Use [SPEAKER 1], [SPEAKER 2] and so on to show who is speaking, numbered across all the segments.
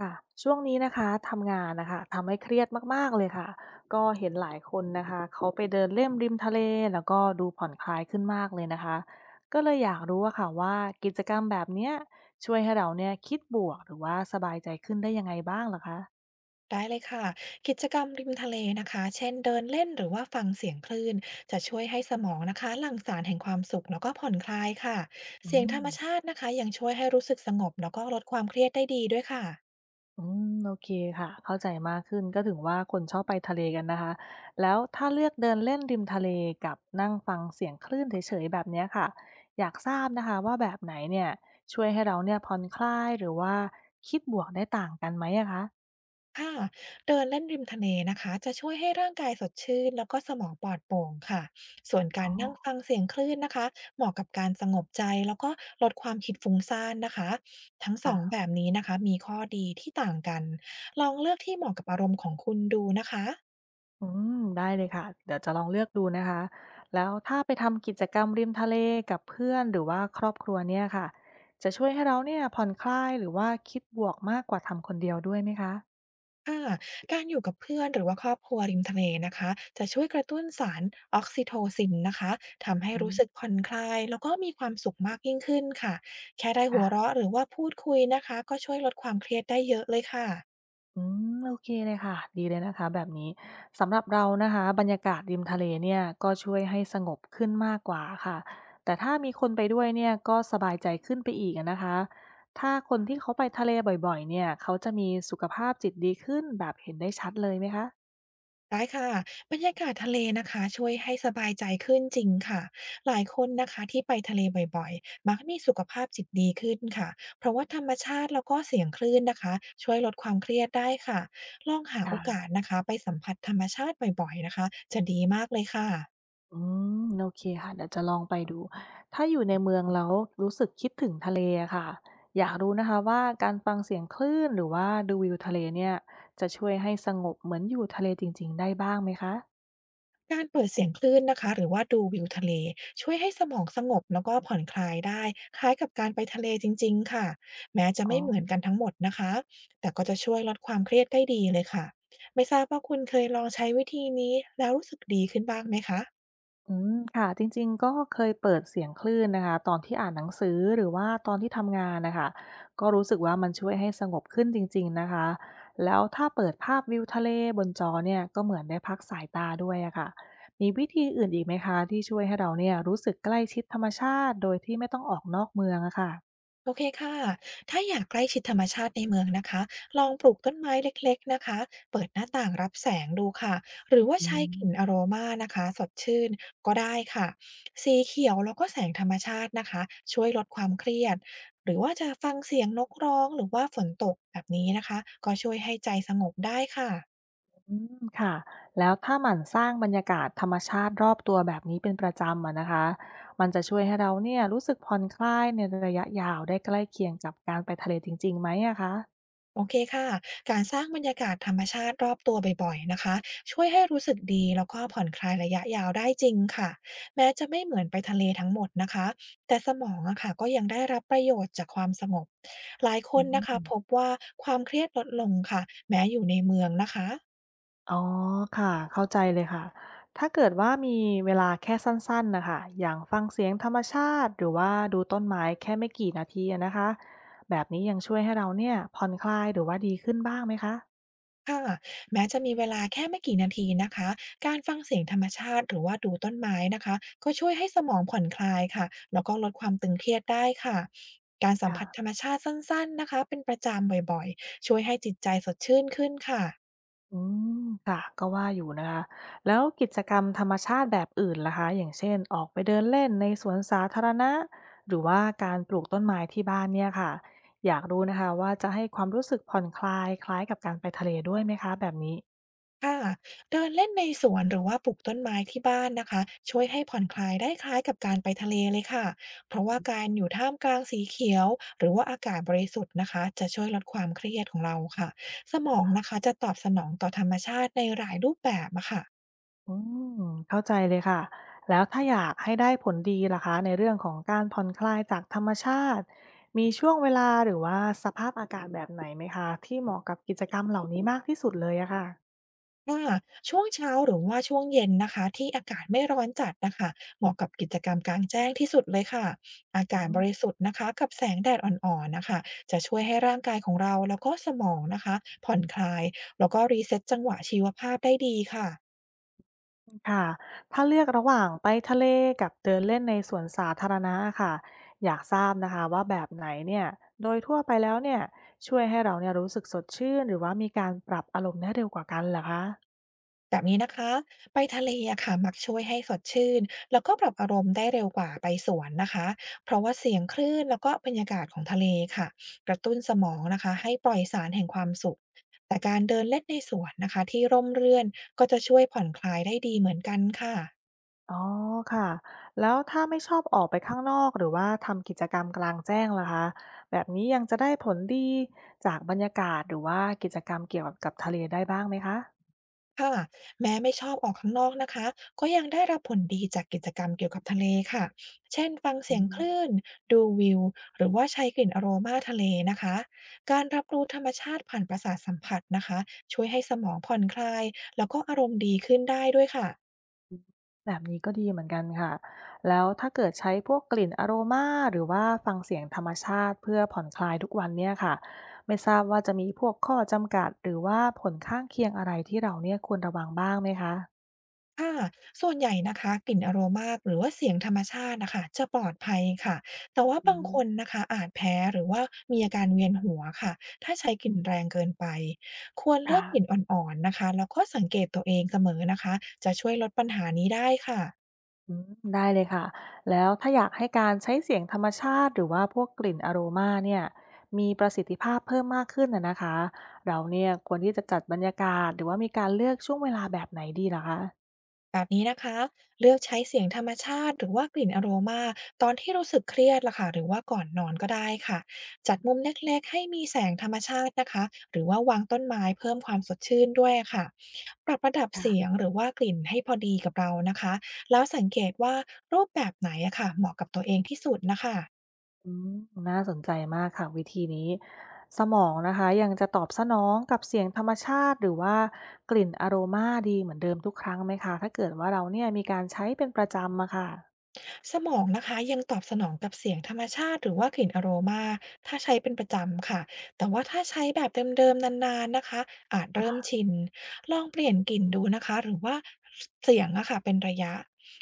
[SPEAKER 1] ค่ะช่วงนี้นะคะทำงานนะคะทำให้เครียดมากๆเลยค่ะก็เห็นหลายคนนะคะเขาไปเดินเล่นริมทะเลแล้วก็ดูผ่อนคลายขึ้นมากเลยนะคะก็เลยอยากรู้อะค่ะว่ากิจกรรมแบบเนี้ยช่วยให้เราเนี่ยคิดบวกหรือว่าสบายใจขึ้นได้ยังไงบ้างเหรอคะ
[SPEAKER 2] ได้เลยค่ะกิจกรรมริมทะเลนะคะเช่นเดินเล่นหรือว่าฟังเสียงคลื่นจะช่วยให้สมองนะคะหลั่งสารแห่งความสุขแล้วก็ผ่อนคลายค่ะ
[SPEAKER 1] อื
[SPEAKER 2] เสียงธ
[SPEAKER 1] ม
[SPEAKER 2] รรมชาตินะคะยังช่วยให้รู้สึกสงบแล้วก็ลดความเครียดได้ดีด้วยค่ะ
[SPEAKER 1] อืมโอเคค่ะเข้าใจมากขึ้นก็ถึงว่าคนชอบไปทะเลกันนะคะแล้วถ้าเลือกเดินเล่นริมทะเลกับนั่งฟังเสียงคลื่นเฉยๆแบบเนี้ยค่ะอยากทราบนะคะว่าแบบไหนเนี่ยช่วยให้เราเนี่ยผ่อนคลายหรือว่าคิดบวกได้ต่างกันไหมอะคะ
[SPEAKER 2] ค่ะเดินเล่นริมทะเลนะคะจะช่วยให้ร่างกายสดชื่นแล้วก็สมองปลอดโปร่งค่ะส่วน
[SPEAKER 1] อ๋
[SPEAKER 2] การนั่ง
[SPEAKER 1] อ
[SPEAKER 2] ฟังเสียงคลื่นนะคะเหมาะกับการสงบใจแล้วก็ลดความคิดฟุ้งซ่านนะคะทั้งสอง
[SPEAKER 1] ค่ะ
[SPEAKER 2] แบบนี้นะคะมีข้อดีที่ต่างกันลองเลือกที่เหมาะกับอารมณ์ของคุณดูนะคะ
[SPEAKER 1] อืมได้เลยค่ะเดี๋ยวจะลองเลือกดูนะคะแล้วถ้าไปทำกิจกรรมริมทะเลกับเพื่อนหรือว่าครอบครัวเนี่ยค่ะจะช่วยให้เราเนี่ยผ่อนคลายหรือว่าคิดบวกมากกว่าทำคนเดียวด้วยไหมคะ
[SPEAKER 2] ค่ะการอยู่กับเพื่อนหรือว่าครอบครัวริมทะเลนะคะจะช่วยกระตุ้นสารออกซิโทซินนะคะทำให้
[SPEAKER 1] อื
[SPEAKER 2] รู้สึก
[SPEAKER 1] ม
[SPEAKER 2] ผ่อนคลายแล้วก็มีความสุขมากยิ่งขึ้นค่ะแค่ได้หัว
[SPEAKER 1] ค่ะ
[SPEAKER 2] เราะหรือว่าพูดคุยนะคะก็ช่วยลดความเครียดได้เยอะเลยค่ะ
[SPEAKER 1] อืมโอเคเลยค่ะดีเลยนะคะแบบนี้สำหรับเรานะคะบรรยากาศริมทะเลเนี่ยก็ช่วยให้สงบขึ้นมากกว่าค่ะแต่ถ้ามีคนไปด้วยเนี่ยก็สบายใจขึ้นไปอีกอะนะคะถ้าคนที่เขาไปทะเลบ่อยๆเนี่ยเขาจะมีสุขภาพจิตดีขึ้นแบบเห็นได้ชัดเลยไหมคะ
[SPEAKER 2] ได้ค่ะบรรยากาศทะเลนะคะช่วยให้สบายใจขึ้นจริงค่ะหลายคนนะคะที่ไปทะเลบ่อยๆมักมีสุขภาพจิตดีขึ้นค่ะเพราะว่าธรรมชาติแล้วก็เสียงคลื่นนะคะช่วยลดความเครียดได้ค่ะลองหาโอกา
[SPEAKER 1] ะ
[SPEAKER 2] สนะคะไปสัมผัสธรรมชาติบ่อยๆนะคะจะดีมากเลยค่ะ
[SPEAKER 1] อืมโอเคค่ะเดี๋ยวจะลองไปดูถ้าอยู่ในเมืองแล้วรู้สึกคิดถึงทะเลอะค่ะอยากรู้นะคะว่าการฟังเสียงคลื่นหรือว่าดูวิวทะเลเนี่ยจะช่วยให้สงบเหมือนอยู่ทะเลจริงๆได้บ้างไหมคะ
[SPEAKER 2] การเปิดเสียงคลื่นนะคะหรือว่าดูวิวทะเลช่วยให้สมองสงบแล้วก็ผ่อนคลายได้คล้ายกับการไปทะเลจริงๆค่ะแม้จะ
[SPEAKER 1] อ๋
[SPEAKER 2] ไม่เหมือน
[SPEAKER 1] อ
[SPEAKER 2] กันทั้งหมดนะคะแต่ก็จะช่วยลดความเครียดได้ดีเลยค่ะไม่ทราบว่าคุณเคยลองใช้วิธีนี้แล้วรู้สึกดีขึ้นบ้างไหมคะ
[SPEAKER 1] อืมค่ะจริงๆก็เคยเปิดเสียงคลื่นนะคะตอนที่อ่านหนังสือหรือว่าตอนที่ทำงานนะคะก็รู้สึกว่ามันช่วยให้สงบขึ้นจริงๆนะคะแล้วถ้าเปิดภาพวิวทะเลบนจอเนี่ยก็เหมือนได้พักสายตาด้วยอะค่ะมีวิธีอื่นอีกไหมคะที่ช่วยให้เราเนี่ยรู้สึกใกล้ชิดธรรมชาติโดยที่ไม่ต้องออกนอกเมืองอะค่ะ
[SPEAKER 2] โอเคค่ะ ถ้าอยากใกล้ชิดธรรมชาติในเมืองนะคะลองปลูกต้นไม้เล็กๆนะคะเปิดหน้าต่างรับแสงดูค่ะ หรือว่า
[SPEAKER 1] อื
[SPEAKER 2] ใช้กลิ่นอ
[SPEAKER 1] ม
[SPEAKER 2] โรมานะคะสดชื่นก็ได้ค่ะสีเขียวแล้วก็แสงธรรมชาตินะคะช่วยลดความเครียดหรือว่าจะฟังเสียงนกร้องหรือว่าฝนตกแบบนี้นะคะก็ช่วยให้ใจสงบได้ค่ะ
[SPEAKER 1] อืมค่ะแล้วถ้าหมั่นสร้างบรรยากาศธรรมชาติรอบตัวแบบนี้เป็นประจำอะนะคะมันจะช่วยให้เราเนี่ยรู้สึกผ่อนคลายในระยะยาวได้ใกล้เคียงกับการไปทะเลจริงๆไหมอะคะ
[SPEAKER 2] โอเคค่ะ การสร้างบรรยากาศธรรมชาติรอบตัวบ่อยๆนะคะช่วยให้รู้สึกดีแล้วก็ผ่อนคลายระยะยาวได้จริงค่ะ แม้จะไม่เหมือนไปทะเลทั้งหมดนะคะแต่สมองอะค่ะก็ยังได้รับประโยชน์จากความสงบ หลายค
[SPEAKER 1] อื
[SPEAKER 2] นนะคะพบ
[SPEAKER 1] ม
[SPEAKER 2] ว่าความเครียดลดลงค่ะแม้อยู่ในเมืองนะคะ
[SPEAKER 1] อ๋อค่ะเข้าใจเลยค่ะถ้าเกิดว่ามีเวลาแค่สั้นๆนะคะอย่างฟังเสียงธรรมชาติหรือว่าดูต้นไม้แค่ไม่กี่นาทีอะนะคะแบบนี้ยังช่วยให้เราเนี่ยผ่อนคลายหรือว่าดีขึ้นบ้างไหมคะ
[SPEAKER 2] ค่ะแม้จะมีเวลาแค่ไม่กี่นาทีนะคะ การฟังเสียงธรรมชาติหรือว่าดูต้นไม้นะคะก็ช่วยให้สมองผ่อนคลายค่ะแล้วก็ลดความตึงเครียดได้ค่ะการสัมผัสธร
[SPEAKER 1] ค่ะ
[SPEAKER 2] รมชาติสั้นๆนะคะเป็นประจำบ่อยๆช่วยให้จิตใจสดชื่นขึ้นค่ะ
[SPEAKER 1] อืมค่ะก็ว่าอยู่นะคะแล้วกิจกรรมธรรมชาติแบบอื่นล่ะคะอย่างเช่นออกไปเดินเล่นในสวนสาธารณะหรือว่าการปลูกต้นไม้ที่บ้านเนี่ยค่ะอยากรู้นะคะว่าจะให้ความรู้สึกผ่อนคลายคล้ายกับการไปทะเลด้วยไหมคะแบบนี้
[SPEAKER 2] ค่ะเดินเล่นในสวนหรือว่าปลูกต้นไม้ที่บ้านนะคะช่วยให้ผ่อนคลายได้คล้ายกับการไปทะเลเลยค่ะเพราะว่าการอยู่ท่ามกลางสีเขียวหรือว่าอากาศบริสุทธิ์นะคะจะช่วยลดความเครียดของเราค่ะสมองนะคะจะตอบสนองต่อธรรมชาติในหลายรูปแบบอะค่ะ
[SPEAKER 1] อืมเข้าใจเลยค่ะแล้วถ้าอยากให้ได้ผลดีล่ะคะในเรื่องของการผ่อนคลายจากธรรมชาติมีช่วงเวลาหรือว่าสภาพอากาศแบบไหนไหมคะที่เหมาะกับกิจกรรมเหล่านี้มากที่สุดเลยอะค่ะ
[SPEAKER 2] ค่ะช่วงเช้าหรือว่าช่วงเย็นนะคะที่อากาศไม่ร้อนจัดนะคะเหมาะกับกิจกรรมกลางแจ้งที่สุดเลยค่ะอากาศบริ
[SPEAKER 1] อื
[SPEAKER 2] สุทธิ์นะคะกับแสงแดดอ่อนๆนะคะจะช่วยให้ร่างกายของเราแล้วก็สมองนะคะผ่อนคลายแล้วก็รีเซ็ตจังหวะชีวภาพได้ดีค่ะ
[SPEAKER 1] ค่ะถ้าเลือกระหว่างไปทะเลกับเดินเล่นในสวนสาธารณะอค่ะอยากทราบนะคะว่าแบบไหนเนี่ยโดยทั่วไปแล้วเนี่ยช่วยให้เราเนี่ยรู้สึกสดชื่นหรือว่ามีการปรับอารมณ์ได้เร็วกว่ากันเหรอคะ
[SPEAKER 2] แบบนี้นะคะไปทะเลอะค่ะมักช่วยให้สดชื่นแล้วก็ปรับอารมณ์ได้เร็วกว่าไปสวนนะคะเพราะว่าเสียงคลื่นแล้วก็บรรยากาศของทะเลค่ะกระตุ้นสมองนะคะให้ปล่อยสารแห่งความสุขแต่การเดินเล่นในสวนนะคะที่ร่มรื่นก็จะช่วยผ่อนคลายได้ดีเหมือนกันค่ะ
[SPEAKER 1] อ๋อค่ะแล้วถ้าไม่ชอบออกไปข้างนอกหรือว่าทำกิจกรรมกลางแจ้งล่ะคะแบบนี้ยังจะได้ผลดีจากบรรยากาศหรือว่ากิจกรรมเกี่ยวกับกับทะเลได้บ้างไหมคะ
[SPEAKER 2] ค่ะแม้ไม่ชอบออกข้างนอกนะคะก็ยังได้รับผลดีจากกิจกรรมเกี่ยวกับทะเลค่ะเช่นฟัง
[SPEAKER 1] อื
[SPEAKER 2] เสียงค
[SPEAKER 1] ม
[SPEAKER 2] ลื่นดูวิวหรือว่าใช้กลิ่นอโรมาทะเลนะคะการรับรู้ธรรมชาติผ่านประสาทสัมผัสนะคะช่วยให้สมองผ่อนคลายแล้วก็อารมณ์ดีขึ้นได้ด้วยค่ะ
[SPEAKER 1] แบบนี้ก็ดีเหมือนกันค่ะ แล้วถ้าเกิดใช้พวกกลิ่นอโรมาหรือว่าฟังเสียงธรรมชาติเพื่อผ่อนคลายทุกวันเนี่ยค่ะไม่ทราบว่าจะมีพวกข้อจำกัดหรือว่าผลข้างเคียงอะไรที่เราเนี่ยควรระวังบ้างไหมคะ
[SPEAKER 2] ค่ะส่วนใหญ่นะคะกลิ่นอะโรมาหรือว่าเสียงธรรมชาตินะคะจะปลอดภัยค่ะแต่ว่า
[SPEAKER 1] อื
[SPEAKER 2] บาง
[SPEAKER 1] ม
[SPEAKER 2] คนนะคะอาจแพ้หรือว่ามีอาการเวียนหัวค่ะถ้าใช้กลิ่นแรงเกินไปควรเลือ
[SPEAKER 1] ค่ะ
[SPEAKER 2] กกลิ่นอ่อนๆนะคะแล้วก็สังเกตตัวเองเสมอนะคะจะช่วยลดปัญหานี้ได้ค่ะ
[SPEAKER 1] อืมได้เลยค่ะแล้วถ้าอยากให้การใช้เสียงธรรมชาติหรือว่าพวกกลิ่นอโรมาเนี่ยมีประสิทธิภาพเพิ่มมากขึ้นอะนะคะเราเนี่ยควรที่จะจัดบรรยากาศหรือว่ามีการเลือกช่วงเวลาแบบไหนดีเะ
[SPEAKER 2] แบบนี้นะคะเลือกใช้เสียงธรรมชาติหรือว่ากลิ่นอโรมาตอนที่รู้สึกเครียดล่ะค่ะหรือว่าก่อนนอนก็ได้ค่ะ จัดมุมเล็กๆให้มีแสงธรรมชาตินะคะหรือว่าวางต้นไม้เพิ่มความสดชื่นด้วยค่ะปรับระดับเสีย
[SPEAKER 1] คะ
[SPEAKER 2] งหรือว่ากลิ่นให้พอดีกับเรานะคะ แล้วสังเกตว่ารูปแบบไหนอะค่ะเหมาะกับตัวเองที่สุดนะคะ
[SPEAKER 1] อืมน่าสนใจมากค่ะวิธีนี้สมองนะคะยังจะตอบสนองกับเสียงธรรมชาติหรือว่ากลิ่นอโรมาดีเหมือนเดิมทุกครั้งไหมคะถ้าเกิดว่าเราเนี่ยมีการใช้เป็นประจำอะค่ะ
[SPEAKER 2] สมองนะคะยังตอบสนองกับเสียงธรรมชาติหรือว่ากลิ่นอโรมาถ้าใช้เป็นประจำค่ะแต่ว่าถ้าใช้แบบเดิมๆนานๆนะคะอาจเริ่มชินลองเปลี่ยนกลิ่นดูนะคะหรือว่าเสียงอะค่ะเป็นระยะ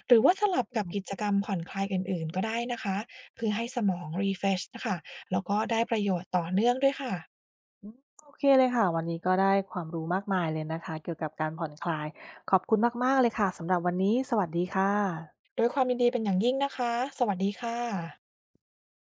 [SPEAKER 2] หรือว่าสลับกับกิจกรรมผ่อนคลายอื่นๆก็ได้นะคะเพื่อให้สมอง refresh นะคะแล้วก็ได้ประโยชน์ต่อเนื่องด้วยค่ะ
[SPEAKER 1] โอเคเลยค่ะวันนี้ก็ได้ความรู้มากมายเลยนะคะเกี่ยวกับการผ่อนคลายขอบคุณมากๆเลยค่ะสำหรับวันนี้สวัสดีค่ะ
[SPEAKER 2] โดยความยินดีเป็นอย่างยิ่งนะคะสวัสดีค่ะ